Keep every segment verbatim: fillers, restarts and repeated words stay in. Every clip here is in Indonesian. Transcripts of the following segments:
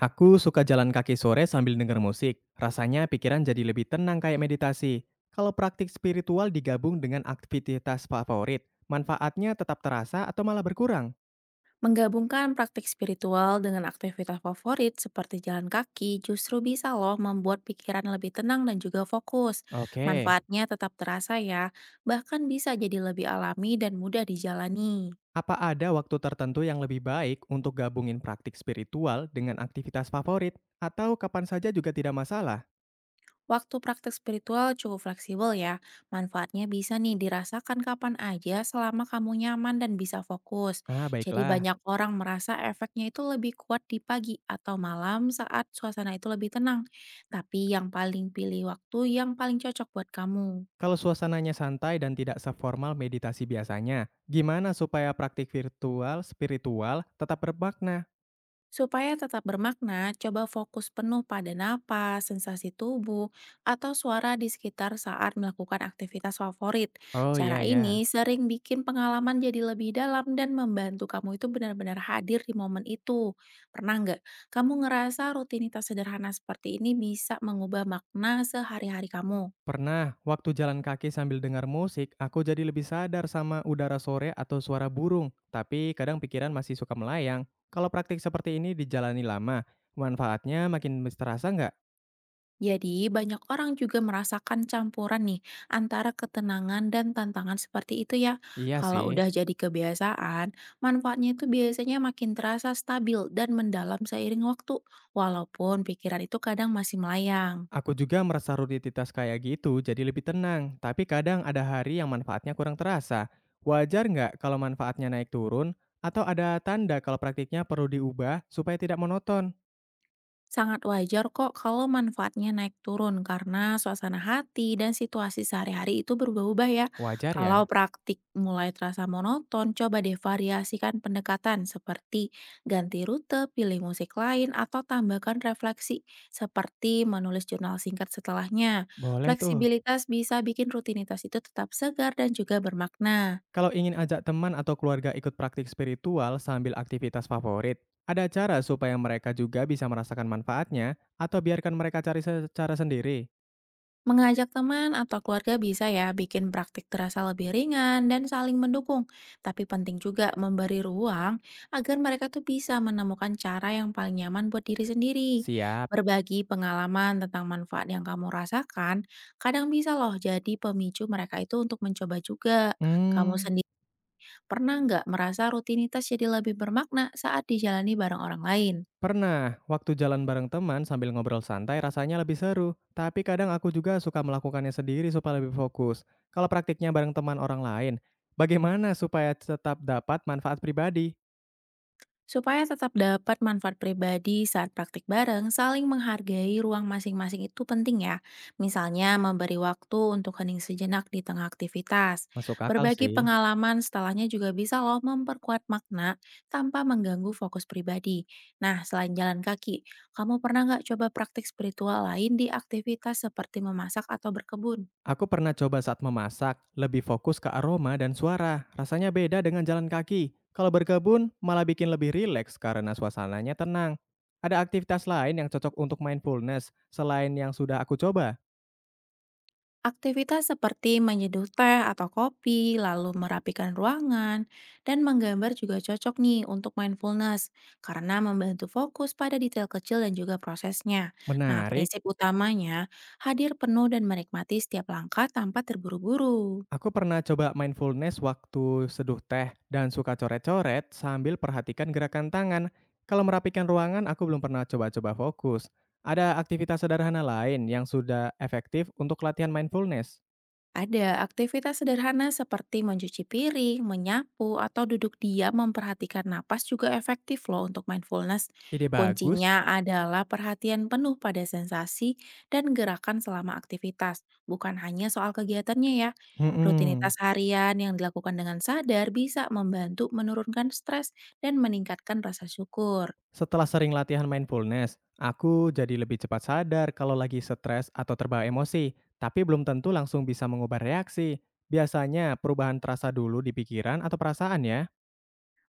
Aku suka jalan kaki sore sambil denger musik. Rasanya pikiran jadi lebih tenang kayak meditasi. Kalau praktik spiritual digabung dengan aktivitas favorit, manfaatnya tetap terasa atau malah berkurang? Menggabungkan praktik spiritual dengan aktivitas favorit seperti jalan kaki justru bisa loh membuat pikiran lebih tenang dan juga fokus. Oke. Manfaatnya tetap terasa ya, bahkan bisa jadi lebih alami dan mudah dijalani. Apa ada waktu tertentu yang lebih baik untuk gabungin praktik spiritual dengan aktivitas favorit? Atau kapan saja juga tidak masalah? Waktu praktik spiritual cukup fleksibel ya. Manfaatnya bisa nih dirasakan kapan aja selama kamu nyaman dan bisa fokus. Ah, Jadi baiklah. banyak orang merasa efeknya itu lebih kuat di pagi atau malam saat suasana itu lebih tenang. Tapi yang paling pilih waktu yang paling cocok buat kamu. Kalau suasananya santai dan tidak seformal meditasi biasanya, gimana supaya praktik virtual spiritual tetap bermakna? Supaya tetap bermakna, coba fokus penuh pada napas, sensasi tubuh, atau suara di sekitar saat melakukan aktivitas favorit. Oh Cara iya ya. ini sering bikin pengalaman jadi lebih dalam dan membantu kamu itu benar-benar hadir di momen itu. Pernah nggak kamu ngerasa rutinitas sederhana seperti ini bisa mengubah makna sehari-hari kamu? Pernah, waktu jalan kaki sambil dengar musik, aku jadi lebih sadar sama udara sore atau suara burung, tapi kadang pikiran masih suka melayang. Kalau praktik seperti ini dijalani lama, manfaatnya makin terasa nggak? Jadi, banyak orang juga merasakan campuran nih antara ketenangan dan tantangan seperti itu ya. Iya Kalau sih. udah jadi kebiasaan, manfaatnya itu biasanya makin terasa stabil dan mendalam seiring waktu, walaupun pikiran itu kadang masih melayang. Aku juga merasa rutinitas kayak gitu jadi lebih tenang, tapi kadang ada hari yang manfaatnya kurang terasa. Wajar nggak kalau manfaatnya naik turun? Atau ada tanda kalau praktiknya perlu diubah supaya tidak monoton? Sangat wajar kok kalau manfaatnya naik turun karena suasana hati dan situasi sehari-hari itu berubah-ubah ya. Wajar ya? Kalau praktik mulai terasa monoton, coba deh variasikan pendekatan seperti ganti rute, pilih musik lain, atau tambahkan refleksi seperti menulis jurnal singkat setelahnya. Boleh tuh. Fleksibilitas bisa bikin rutinitas itu tetap segar dan juga bermakna. Kalau ingin ajak teman atau keluarga ikut praktik spiritual sambil aktivitas favorit, ada cara supaya mereka juga bisa merasakan manfaatnya atau biarkan mereka cari secara sendiri? Mengajak teman atau keluarga bisa ya bikin praktik terasa lebih ringan dan saling mendukung. Tapi penting juga memberi ruang agar mereka tuh bisa menemukan cara yang paling nyaman buat diri sendiri. Siap. Berbagi pengalaman tentang manfaat yang kamu rasakan, kadang bisa loh jadi pemicu mereka itu untuk mencoba juga. Kamu Hmm, sendiri pernah nggak merasa rutinitas jadi lebih bermakna saat dijalani bareng orang lain? pernah. Waktu jalan bareng teman sambil ngobrol santai rasanya lebih seru, tapi kadang aku juga suka melakukannya sendiri supaya lebih fokus. Kalau praktiknya bareng teman orang lain, bagaimana supaya tetap dapat manfaat pribadi? Supaya tetap dapat manfaat pribadi saat praktik bareng, saling menghargai ruang masing-masing itu penting ya. Misalnya memberi waktu untuk hening sejenak di tengah aktivitas. Masuk akal Berbagi sih. pengalaman setelahnya juga bisa loh memperkuat makna tanpa mengganggu fokus pribadi. Nah, selain jalan kaki, kamu pernah nggak coba praktik spiritual lain di aktivitas seperti memasak atau berkebun? Aku pernah coba saat memasak, lebih fokus ke aroma dan suara. Rasanya beda dengan jalan kaki. Kalau berkebun, malah bikin lebih rileks karena suasananya tenang. Ada aktivitas lain yang cocok untuk mindfulness selain yang sudah aku coba. Aktivitas seperti menyeduh teh atau kopi, lalu merapikan ruangan, dan menggambar juga cocok nih untuk mindfulness karena membantu fokus pada detail kecil dan juga prosesnya. Nah, Menarik, prinsip utamanya hadir penuh dan menikmati setiap langkah tanpa terburu-buru. aku pernah coba mindfulness waktu seduh teh dan suka coret-coret sambil perhatikan gerakan tangan. Kalau merapikan ruangan, aku belum pernah coba-coba fokus. Ada aktivitas sederhana lain yang sudah efektif untuk latihan mindfulness. Ada aktivitas sederhana seperti mencuci piring, menyapu, atau duduk diam memperhatikan napas juga efektif loh untuk mindfulness. Ide bagus. Kuncinya adalah perhatian penuh pada sensasi dan gerakan selama aktivitas, bukan hanya soal kegiatannya ya. Mhm. Rutinitas harian yang dilakukan dengan sadar bisa membantu menurunkan stres dan meningkatkan rasa syukur. Setelah sering latihan mindfulness, aku jadi lebih cepat sadar kalau lagi stres atau terbawa emosi, tapi belum tentu langsung bisa mengubah reaksi. Biasanya perubahan terasa dulu di pikiran atau perasaan ya?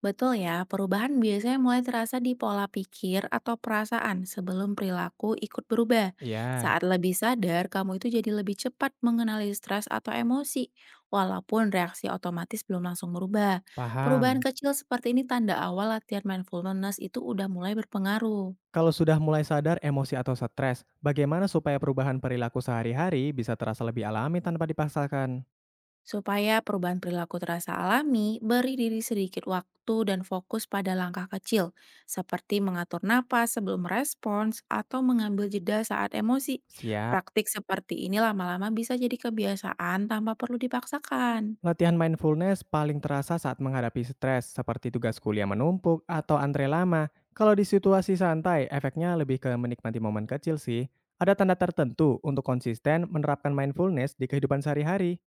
Betul ya, perubahan biasanya mulai terasa di pola pikir atau perasaan sebelum perilaku ikut berubah. Ya, Saat lebih sadar, kamu itu jadi lebih cepat mengenali stres atau emosi, walaupun reaksi otomatis belum langsung berubah. Perubahan paham. kecil seperti ini tanda awal latihan mindfulness itu udah mulai berpengaruh. Kalau sudah mulai sadar emosi atau stres, bagaimana supaya perubahan perilaku sehari-hari bisa terasa lebih alami tanpa dipaksakan? Supaya perubahan perilaku terasa alami, beri diri sedikit waktu dan fokus pada langkah kecil, seperti mengatur napas sebelum merespons atau mengambil jeda saat emosi. Siap. Praktik seperti ini lama-lama bisa jadi kebiasaan tanpa perlu dipaksakan. Latihan mindfulness paling terasa saat menghadapi stres, seperti tugas kuliah menumpuk atau antre lama. Kalau di situasi santai, efeknya lebih ke menikmati momen kecil sih. Ada tanda tertentu untuk konsisten menerapkan mindfulness di kehidupan sehari-hari.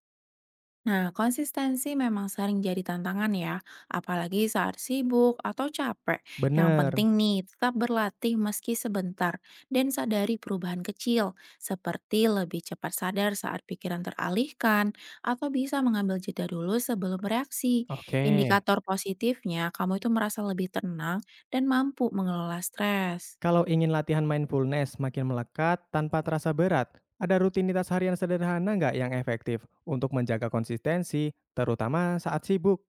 Nah, konsistensi memang sering jadi tantangan ya, apalagi saat sibuk atau capek. Yang Bener. penting nih, tetap berlatih meski sebentar dan sadari perubahan kecil, seperti lebih cepat sadar saat pikiran teralihkan atau bisa mengambil jeda dulu sebelum bereaksi. Oke. Indikator positifnya, kamu itu merasa lebih tenang dan mampu mengelola stres. Kalau ingin latihan mindfulness makin melekat tanpa terasa berat, ada rutinitas harian sederhana nggak yang efektif untuk menjaga konsistensi, terutama saat sibuk?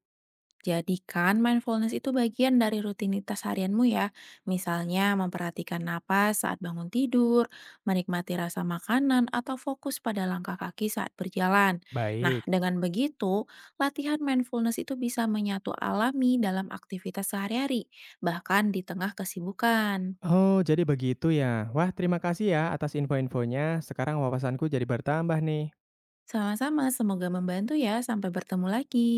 Jadikan mindfulness itu bagian dari rutinitas harianmu ya. Misalnya memperhatikan napas saat bangun tidur, menikmati rasa makanan, atau fokus pada langkah kaki saat berjalan. Nah, Baik. dengan begitu, latihan mindfulness itu bisa menyatu alami dalam aktivitas sehari-hari, bahkan di tengah kesibukan. Oh, jadi begitu ya. Wah, terima kasih ya atas info-infonya. Sekarang wawasanku jadi bertambah nih. Sama-sama, semoga membantu ya. Sampai bertemu lagi.